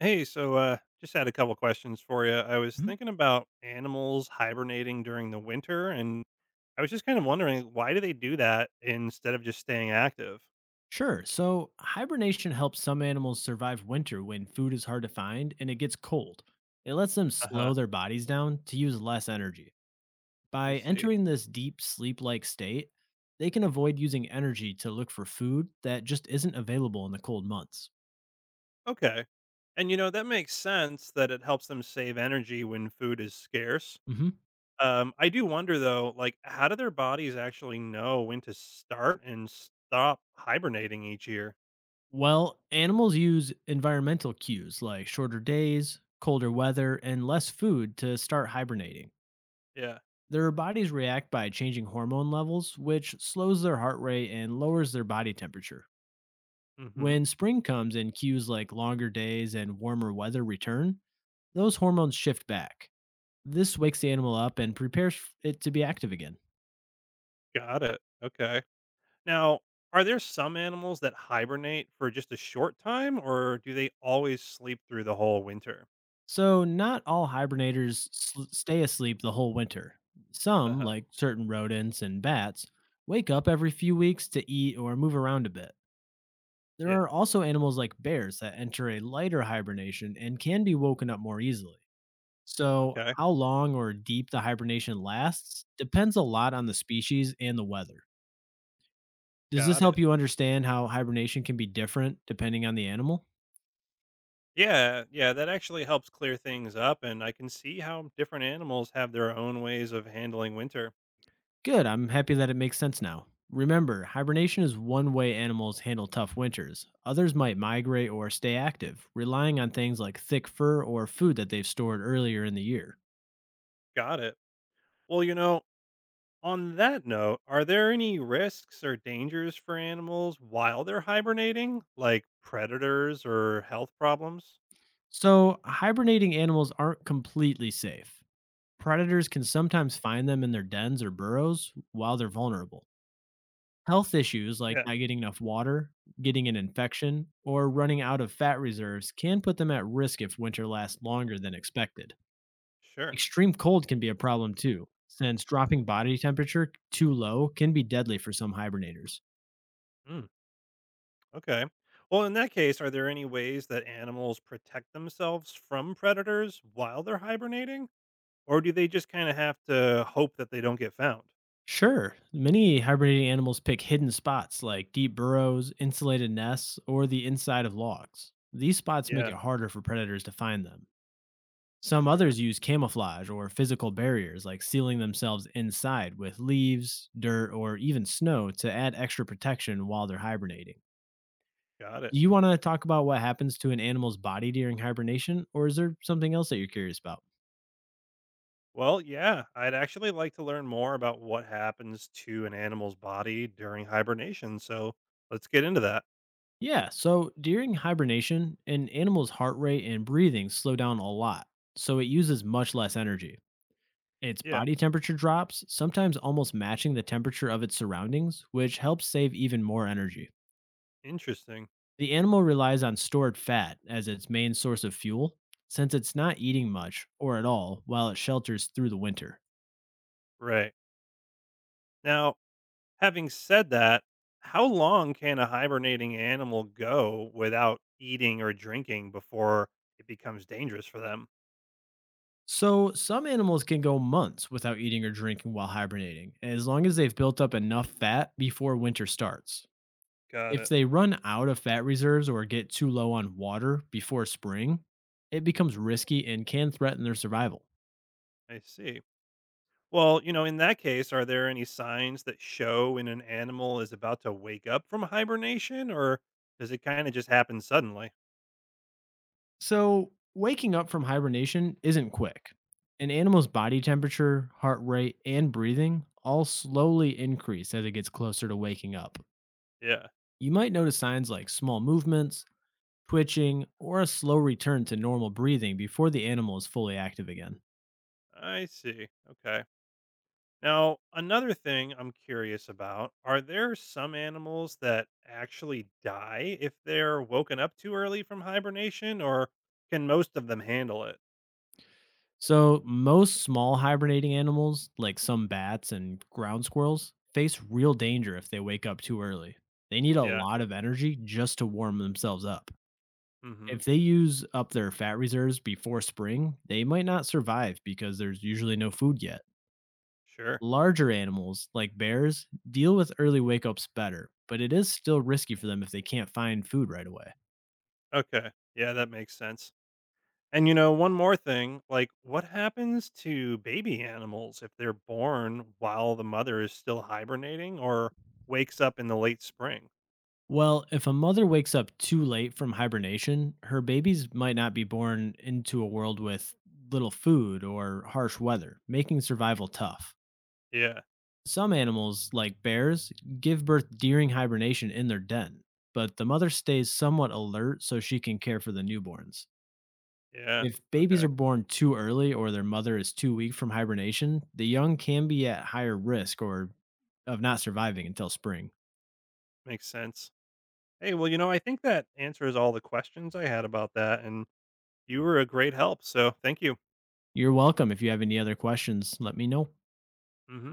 Hey, just had a couple questions for you. I was Mhm. thinking about animals hibernating during the winter, and I was just kind of wondering, why do they do that instead of just staying active? Sure. So, hibernation helps some animals survive winter when food is hard to find and it gets cold. It lets them Uh huh. slow their bodies down to use less energy. I By see. entering this deep sleep like state, they can avoid using energy to look for food that just isn't available in the cold months. Okay. And you know, that makes sense that it helps them save energy when food is scarce. hmm I do wonder though, like, how do their bodies actually know when to start and stop hibernating each year? Well, animals use environmental cues like shorter days, colder weather, and less food to start hibernating. Yeah. Their bodies react by changing hormone levels, which slows their heart rate and lowers their body temperature. Mm hmm. When spring comes and cues like longer days and warmer weather return, those hormones shift back. This wakes the animal up and prepares it to be active again. Got it. Okay. Now, are there some animals that hibernate for just a short time, or do they always sleep through the whole winter? So, not all hibernators stay asleep the whole winter. Uh Some, huh. like certain rodents and bats, wake up every few weeks to eat or move around a bit. There Yeah. are also animals like bears that enter a lighter hibernation and can be woken up more easily. So, Okay. how long or deep the hibernation lasts depends a lot on the species and the weather. Does this Got help it. you understand how hibernation can be different depending on the animal? Yeah. Yeah. That actually helps clear things up, and I can see how different animals have their own ways of handling winter. Good. I'm happy that it makes sense now. Remember, hibernation is one way animals handle tough winters. Others might migrate or stay active, relying on things like thick fur or food that they've stored earlier in the year. Got it. Well, you know, on that note, are there any risks or dangers for animals while they're hibernating, like predators or health problems? So, hibernating animals aren't completely safe. Predators can sometimes find them in their dens or burrows while they're vulnerable. Health issues like Yeah. not getting enough water, getting an infection, or running out of fat reserves can put them at risk if winter lasts longer than expected. Sure. Extreme cold can be a problem too, since dropping body temperature too low can be deadly for some hibernators. Mm. Okay. Well, in that case, are there any ways that animals protect themselves from predators while they're hibernating? Or do they just kind of have to hope that they don't get found? Sure, many hibernating animals pick hidden spots like deep burrows, insulated nests, or the inside of logs. These spots make it Yeah, harder for predators to find them. Some sure. others use camouflage or physical barriers like sealing themselves inside with leaves, dirt, or even snow to add extra protection while they're hibernating. Got it. Do you want to talk about what happens to an animal's body during hibernation, or is there something else that you're curious about? Well, yeah, I'd actually like to learn more about what happens to an animal's body during hibernation. So let's get into that. Yeah, so during hibernation, an animal's heart rate and breathing slow down a lot, so it uses much less energy. Its Yeah, body temperature drops, sometimes almost matching the temperature of its surroundings, which helps save even more energy. interesting. The animal relies on stored fat as its main source of fuel, since it's not eating much or at all while it shelters through the winter. Right. Now, having said that, how long can a hibernating animal go without eating or drinking before it becomes dangerous for them? So, some animals can go months without eating or drinking while hibernating, as long as they've built up enough fat before winter starts. Got If it. they run out of fat reserves or get too low on water before spring, it becomes risky and can threaten their survival. I see. Well, you know, in that case, are there any signs that show when an animal is about to wake up from hibernation, or does it kind of just happen suddenly? So, waking up from hibernation isn't quick. An animal's body temperature, heart rate, and breathing all slowly increase as it gets closer to waking up. Yeah, You might notice signs like small movements, twitching, or a slow return to normal breathing before the animal is fully active again. I see. Okay. Now, another thing I'm curious about, are there some animals that actually die if they're woken up too early from hibernation, or can most of them handle it? So, most small hibernating animals, like some bats and ground squirrels, face real danger if they wake up too early. They need a Yeah. lot of energy just to warm themselves up. Hmm. If they use up their fat reserves before spring, they might not survive because there's usually no food yet. Sure. Larger animals, like bears, deal with early wake ups better, but it is still risky for them if they can't find food right away. Okay. Yeah, that makes sense. And you know, one more thing, like, what happens to baby animals if they're born while the mother is still hibernating or wakes up in the late spring? Well, if a mother wakes up too late from hibernation, her babies might not be born into a world with little food or harsh weather, making survival tough. Yeah. Some animals, like bears, give birth during hibernation in their den, but the mother stays somewhat alert so she can care for the newborns. Yeah. If babies Okay. are born too early or their mother is too weak from hibernation, the young can be at higher risk or of not surviving until spring. Makes sense. Hey, well, you know, I think that answers all the questions I had about that, and you were a great help. So thank you. You're welcome. If you have any other questions, let me know. Hmm.